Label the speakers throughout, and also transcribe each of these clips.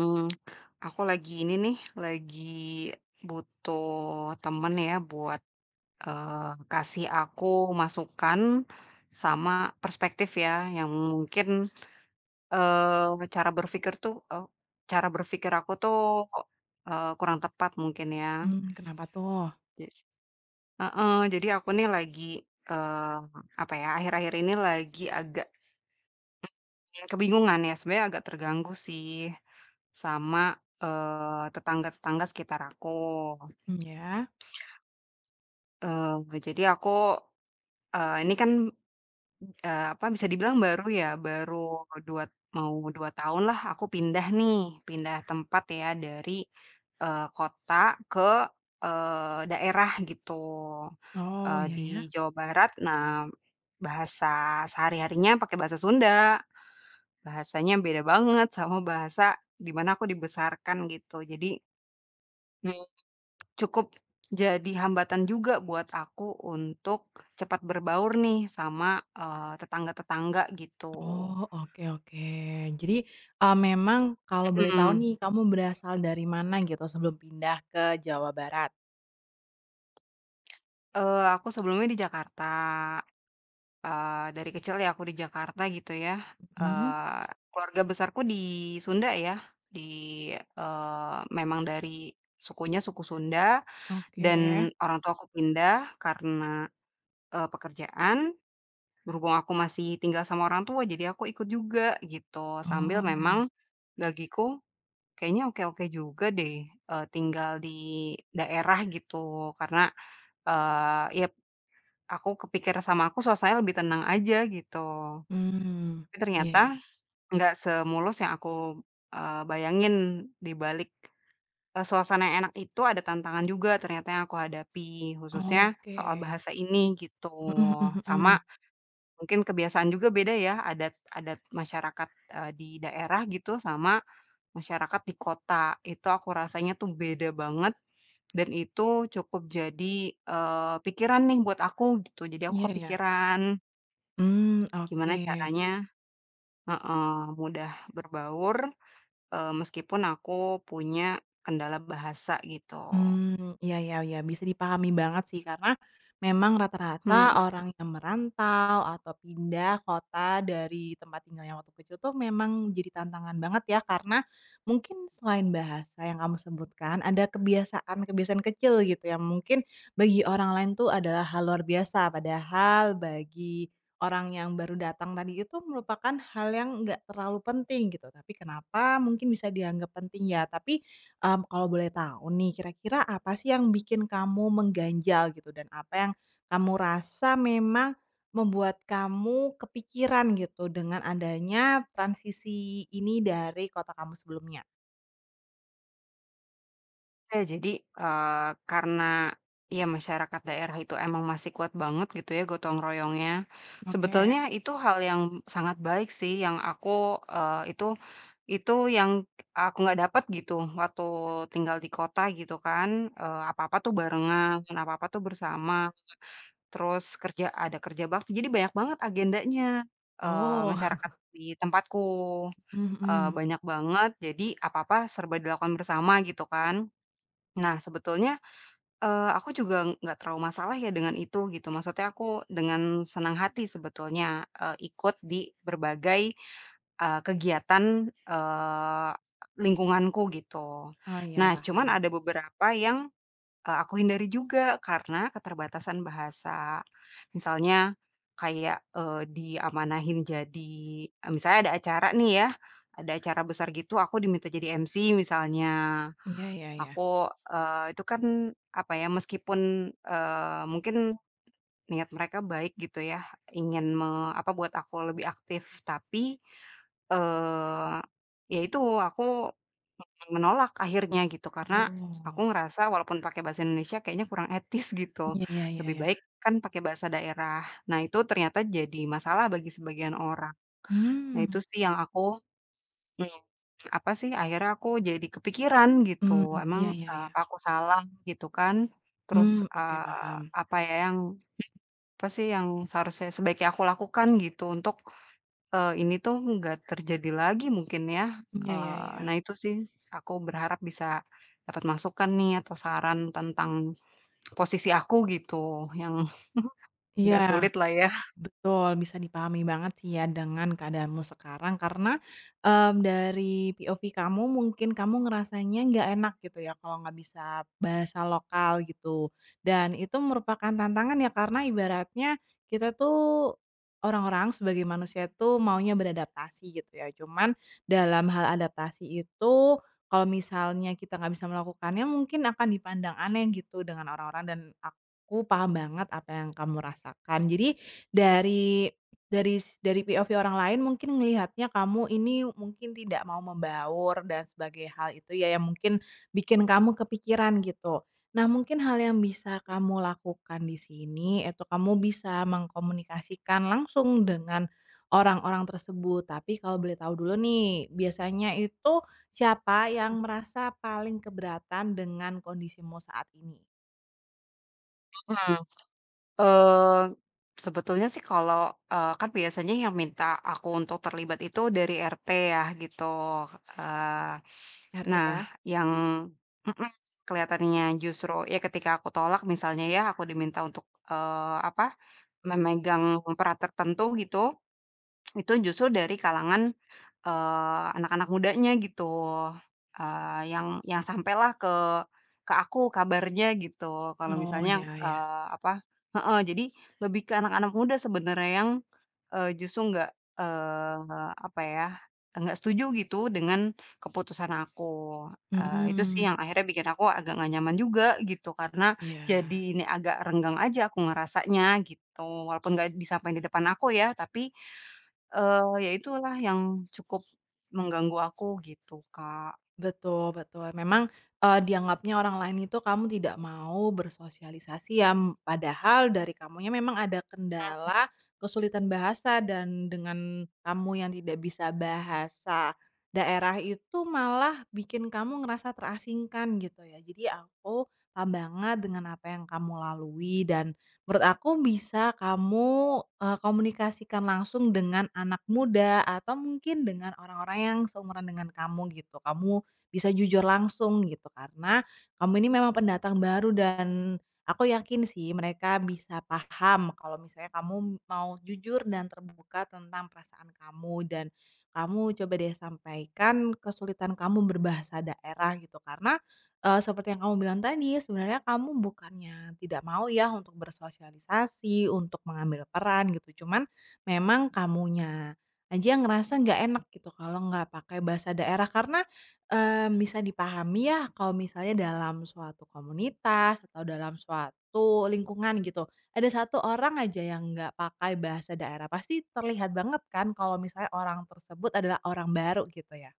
Speaker 1: Mmm, aku lagi ini nih, lagi butuh temen ya buat, kasih aku masukan sama perspektif ya yang mungkin, eee, cara berpikir tuh, eee, cara berpikir aku tuh, kurang tepat mungkin ya.
Speaker 2: Kenapa tuh?
Speaker 1: Ja heeh, jadi aku nih lagi, eee, apa ya, akhir-akhir ini lagi agak kebingungan ya, sebenarnya agak terganggu sih sama, tetangga-tetangga sekitar aku.
Speaker 2: Mmm, ya.
Speaker 1: Jadi aku, ini kan, apa, bisa dibilang baru ya, baru dua mau dua tahun lah aku pindah nih, pindah tempat ya dari, kota ke, daerah gitu,
Speaker 2: Oh, ya
Speaker 1: di
Speaker 2: ya.
Speaker 1: Jawa Barat. Nah, bahasa sehari-harinya pakai bahasa Sunda, bahasanya beda banget sama bahasa di mana aku dibesarkan gitu. Cukup jadi hambatan juga buat aku untuk cepat berbaur nih sama, tetangga-tetangga gitu.
Speaker 2: Oh, oke oke. Jadi, memang kalau boleh tahu
Speaker 1: Mhm.
Speaker 2: nih kamu berasal dari mana gitu sebelum pindah ke Jawa Barat?
Speaker 1: Aku sebelumnya di Jakarta, dari kecil ya aku di Jakarta gitu ya,
Speaker 2: Mhm,
Speaker 1: eee, keluarga besarku di Sunda ya, di memang dari sukunya suku Sunda
Speaker 2: oke.
Speaker 1: dan orang tuaku pindah karena, pekerjaan. Berhubung aku masih tinggal sama orang tua, jadi aku ikut juga gitu, sambil
Speaker 2: Oh,
Speaker 1: memang bagiku kayaknya oke-oke juga deh, tinggal di daerah gitu karena, ya aku kepikir sama aku suasananya lebih tenang aja gitu.
Speaker 2: mmm,
Speaker 1: Tapi
Speaker 2: iya ya.
Speaker 1: ternyata nggak semulus yang aku, bayangin di balik, suasana yang enak itu ada tantangan juga ternyata yang aku hadapi, khususnya soal
Speaker 2: Oke.
Speaker 1: bahasa ini gitu,
Speaker 2: Mhm mhm
Speaker 1: sama
Speaker 2: mhm.
Speaker 1: Mungkin kebiasaan juga beda ya, adat-adat masyarakat, di daerah gitu sama masyarakat di kota. Itu aku rasanya tuh beda banget dan itu cukup jadi, pikiran nih buat aku gitu. Jadi aku
Speaker 2: Iya ya.
Speaker 1: kepikiran
Speaker 2: Mmm,
Speaker 1: gimana
Speaker 2: oke.
Speaker 1: caranya heeh, mudah berbaur, meskipun aku punya kendala bahasa gitu.
Speaker 2: Iya iya iya, bisa dipahami banget sih karena memang rata-rata
Speaker 1: Mhm.
Speaker 2: orang yang merantau atau pindah kota dari tempat tinggalnya waktu kecil tuh memang jadi tantangan banget ya karena mungkin selain bahasa yang kamu sebutkan ada kebiasaan-kebiasaan kecil gitu yang mungkin bagi orang lain tuh adalah hal luar biasa padahal bagi orang yang baru datang tadi itu merupakan hal yang nggak terlalu penting gitu tapi kenapa mungkin bisa dianggap penting ya tapi. Kalau boleh tahu nih, kira-kira apa sih yang bikin kamu mengganjal gitu dan apa yang kamu rasa memang membuat kamu kepikiran gitu dengan adanya transisi ini dari kota kamu sebelumnya?
Speaker 1: Ya, jadi, karena ya masyarakat daerah itu emang masih kuat banget gitu ya gotong royongnya.
Speaker 2: Oke.
Speaker 1: Sebetulnya itu hal yang sangat baik sih yang aku, eee, itu yang aku nggak dapat gitu waktu tinggal di kota gitu kan, apa-apa tuh barengan, apa-apa tuh bersama, terus kerja ada kerja bakti, jadi banyak banget agendanya,
Speaker 2: Oh.
Speaker 1: masyarakat di tempatku,
Speaker 2: Mhm.
Speaker 1: banyak banget, jadi apa-apa serba dilakukan bersama gitu kan. Nah sebetulnya, aku juga nggak terlalu masalah ya dengan itu gitu, maksudnya aku dengan senang hati sebetulnya, ikut di berbagai, kegiatan, lingkunganku gitu.
Speaker 2: Oh iya
Speaker 1: Nah, cuman
Speaker 2: paham.
Speaker 1: ada beberapa yang, aku hindari juga karena keterbatasan bahasa. Misalnya kayak, diamanahin jadi misalnya ada acara nih ya, ada acara besar gitu aku diminta jadi MC misalnya.
Speaker 2: Mmm. Iya iya iya.
Speaker 1: Aku, itu kan, apa ya, meskipun, mungkin niat mereka baik gitu ya, ingin me apa, buat aku lebih aktif, tapi, eee, ya itu, aku menolak akhirnya gitu, karena aku
Speaker 2: Oh.
Speaker 1: ngerasa walaupun pakai bahasa Indonesia kayaknya kurang etis gitu,
Speaker 2: Iya iya iya
Speaker 1: lebih
Speaker 2: iya.
Speaker 1: baik kan pakai bahasa daerah. Nah, itu ternyata jadi masalah bagi sebagian orang. Nah,
Speaker 2: Hmm.
Speaker 1: itu sih yang aku mmm. Apa sih, akhirnya aku jadi kepikiran gitu,
Speaker 2: Mmm.
Speaker 1: emang,
Speaker 2: Iya iya iya.
Speaker 1: apa aku salah gitu kan. Terus,
Speaker 2: Oke paham.
Speaker 1: apa ya yang apa sih yang seharusnya sebaiknya aku lakukan gitu untuk, ini tuh nggak terjadi lagi mungkin ya.
Speaker 2: Iya iya iya.
Speaker 1: Nah itu sih aku berharap bisa dapat masukan nih atau saran tentang posisi aku gitu yang
Speaker 2: Iya.
Speaker 1: nggak sulit lah ya.
Speaker 2: Betul, bisa dipahami banget sih ya dengan keadaanmu sekarang karena, dari POV kamu mungkin kamu ngerasanya nggak enak gitu ya kalau nggak bisa bahasa lokal gitu. Dan itu merupakan tantangan ya karena ibaratnya kita tuh orang-orang sebagai manusia tuh maunya beradaptasi gitu ya. Cuman dalam hal adaptasi itu kalau misalnya kita nggak bisa melakukannya mungkin akan dipandang aneh gitu dengan orang-orang dan aku paham banget apa yang kamu rasakan. Jadi dari dari POV orang lain mungkin melihatnya kamu ini mungkin tidak mau membaur dan sebagai hal itu ya yang mungkin bikin kamu kepikiran gitu. Nah, mungkin hal yang bisa kamu lakukan di sini itu kamu bisa mengkomunikasikan langsung dengan orang-orang tersebut. Tapi kalau boleh tahu dulu nih, biasanya itu siapa yang merasa paling keberatan dengan kondisimu saat ini?
Speaker 1: Mhm. Eee, Sebetulnya sih kalau, kan biasanya yang minta aku untuk terlibat itu dari RT ya gitu, eee,
Speaker 2: RT
Speaker 1: nah
Speaker 2: ya?
Speaker 1: yang mhm, kelihatannya justru ya ketika aku tolak misalnya ya, aku diminta untuk, apa, memegang peran tertentu gitu itu justru dari kalangan, anak-anak mudanya gitu, yang sampailah ke aku kabarnya gitu kalau
Speaker 2: Oh
Speaker 1: misalnya,
Speaker 2: ya ya.
Speaker 1: eee, apa heeh, jadi lebih ke anak-anak muda sebenarnya yang, justru nggak, apa ya, nggak setuju gitu dengan keputusan aku, itu sih
Speaker 2: Hmm,
Speaker 1: yang akhirnya bikin aku agak nggak nyaman juga gitu karena jadi
Speaker 2: Ya.
Speaker 1: ini agak renggang aja aku ngerasanya gitu, walaupun nggak disampaikan di depan aku ya, tapi ya itulah yang cukup mengganggu aku gitu, Kak.
Speaker 2: Betul betul. Memang, dianggapnya orang lain itu kamu tidak mau bersosialisasi ya, m padahal dari kamunya memang ada kendala, kesulitan bahasa dan dengan kamu yang tidak bisa bahasa daerah itu malah bikin kamu ngerasa terasingkan gitu ya. Jadi aku paham banget dengan apa yang kamu lalui dan menurut aku bisa kamu, komunikasikan langsung dengan anak muda atau mungkin dengan orang-orang yang seumuran dengan kamu gitu. Kamu bisa jujur langsung gitu. Karena kamu ini memang pendatang baru dan aku yakin sih mereka bisa paham kalau misalnya kamu mau jujur dan terbuka tentang perasaan kamu dan kamu coba deh sampaikan kesulitan kamu berbahasa daerah gitu karena eh, seperti yang kamu bilang tadi sebenarnya kamu bukannya tidak mau ya untuk bersosialisasi untuk mengambil peran gitu cuman memang kamunya aja yang ngerasa nggak enak gitu kalau nggak pakai bahasa daerah karena. Bisa dipahami ya kalau misalnya dalam suatu komunitas atau dalam suatu lingkungan gitu, ada satu orang aja yang nggak pakai bahasa daerah, pasti terlihat banget kan kalau misalnya orang tersebut adalah orang baru gitu ya?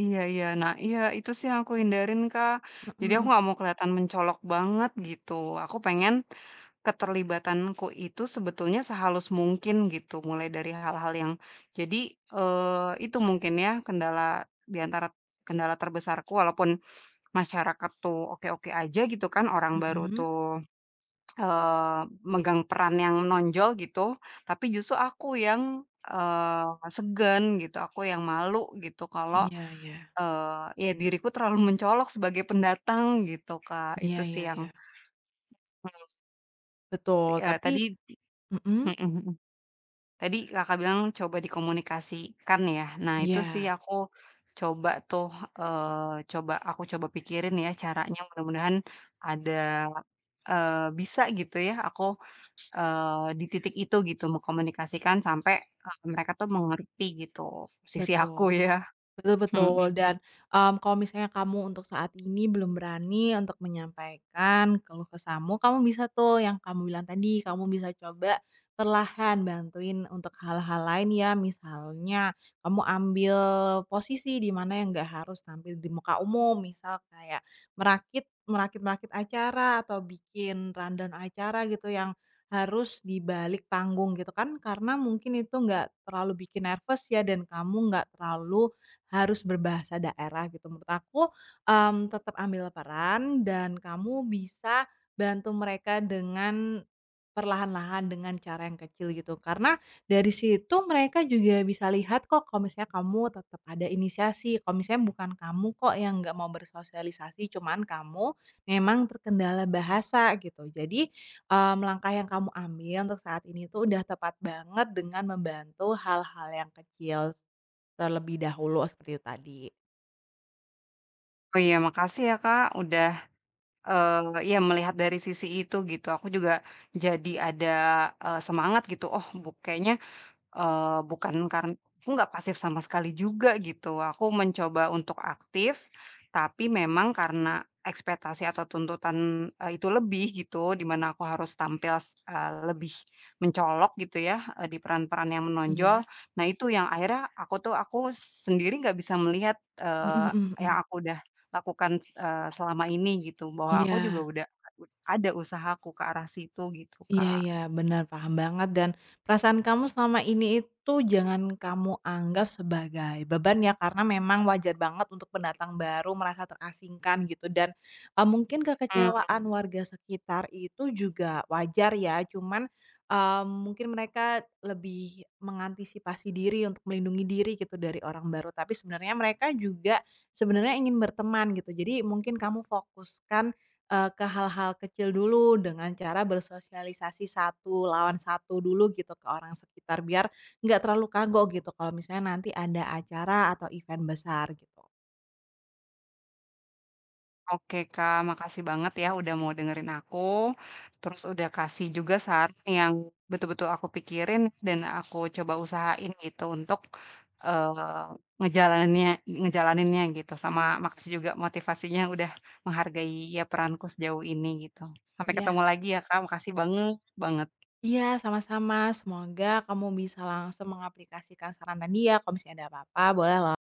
Speaker 1: Iya, iya. Nah, iya itu sih yang aku hindarin, Kak. Jadi aku
Speaker 2: Mhm.
Speaker 1: nggak mau kelihatan mencolok banget gitu. Aku pengen keterlibatanku itu sebetulnya sehalus mungkin gitu, mulai dari hal-hal yang jadi, itu mungkin ya kendala di antara kendala terbesarku walaupun masyarakat tuh oke-oke aja gitu kan, orang baru
Speaker 2: Mhm.
Speaker 1: tuh Eee, megang peran yang menonjol gitu, tapi justru aku yang, segan gitu, aku yang malu gitu kalau,
Speaker 2: Iya iya.
Speaker 1: ya diriku terlalu mencolok sebagai pendatang gitu, Kak.
Speaker 2: Iya
Speaker 1: Itu
Speaker 2: iya
Speaker 1: sih yang
Speaker 2: iya.
Speaker 1: menurut
Speaker 2: Betul,
Speaker 1: eee,
Speaker 2: tapi
Speaker 1: tadi
Speaker 2: mhm,
Speaker 1: mhm mhm, mhm. tadi Kakak bilang coba dikomunikasikan ya. Nah itu sih
Speaker 2: iya,
Speaker 1: aku coba tuh, eee, coba aku coba pikirin ya caranya mudah-mudahan ada, bisa gitu ya aku di titik itu gitu mengkomunikasikan sampai, mereka tuh mengerti gitu posisi aku
Speaker 2: betul.
Speaker 1: ya,
Speaker 2: Betul
Speaker 1: mhm,
Speaker 2: betul dan, kalau misalnya kamu untuk saat ini belum berani untuk menyampaikan keluh kesahmu, kamu bisa tuh yang kamu bilang tadi, kamu bisa coba perlahan bantuin untuk hal-hal lain ya, misalnya kamu ambil posisi di mana yang nggak harus tampil di muka umum, misal kayak merakit-merakit acara atau bikin rundown acara gitu yang harus di balik panggung gitu kan, karena mungkin itu nggak terlalu bikin nervous ya dan kamu nggak terlalu, harus berbahasa daerah gitu. Menurut aku, tetap ambil peran dan kamu bisa bantu mereka dengan perlahan-lahan, dengan cara yang kecil gitu. Karena dari situ mereka juga bisa lihat kok kalau misalnya kamu tetap ada inisiasi, kalau misalnya bukan kamu kok yang nggak mau bersosialisasi, cuman kamu memang terkendala bahasa gitu. Jadi, langkah yang kamu ambil untuk saat ini tuh udah tepat banget dengan membantu hal-hal yang kecil. Terlebih dahulu seperti itu tadi.
Speaker 1: oh iya makasih ya Kak udah, ya melihat dari sisi itu gitu aku juga jadi ada, semangat gitu oh bu kayaknya bukan karen aku nggak pasif sama sekali juga gitu. Aku mencoba untuk aktif, tapi memang karena ekspektasi atau tuntutan, itu lebih gitu, di mana aku harus lebih mencolok gitu ya, di peran-peran yang menonjol.
Speaker 2: Iya.
Speaker 1: Nah itu yang akhirnya aku tuh aku sendiri nggak bisa melihat,
Speaker 2: Mhm mhm
Speaker 1: yang
Speaker 2: mhm.
Speaker 1: aku udah lakukan, selama ini gitu, bahwa aku juga
Speaker 2: Iya.
Speaker 1: udah ud ada usahaku ke arah situ gitu,
Speaker 2: Iya
Speaker 1: Kak.
Speaker 2: iya, benar paham banget dan perasaan kamu selama ini itu jangan kamu anggap sebagai beban ya, karena memang wajar banget untuk pendatang baru merasa terasingkan gitu dan, mungkin kekecewaan warga sekitar itu juga wajar ya, cuman, mungkin mereka lebih mengantisipasi diri untuk melindungi diri gitu dari orang baru, tapi sebenarnya mereka juga sebenarnya ingin berteman gitu. Jadi mungkin kamu fokuskan. Ke hal-hal kecil dulu dengan cara bersosialisasi satu lawan satu dulu gitu ke orang sekitar, biar nggak terlalu kagok gitu kalau misalnya nanti ada acara atau event besar gitu.
Speaker 1: Oke Kak, makasih banget ya udah mau dengerin aku, terus udah kasih juga saran yang betul-betul aku pikirin dan aku coba usahain gitu untuk, eee, ngejalaninnya ngejalaninnya gitu, sama makasih juga motivasinya udah menghargai ya peranku sejauh ini gitu. Sampai ketemu
Speaker 2: Iya.
Speaker 1: lagi ya Kak, makasih banget banget.
Speaker 2: Iya, sama-sama. Semoga kamu bisa langsung mengaplikasikan saran tadi ya, kalau misalnya ada apa-apa boleh lo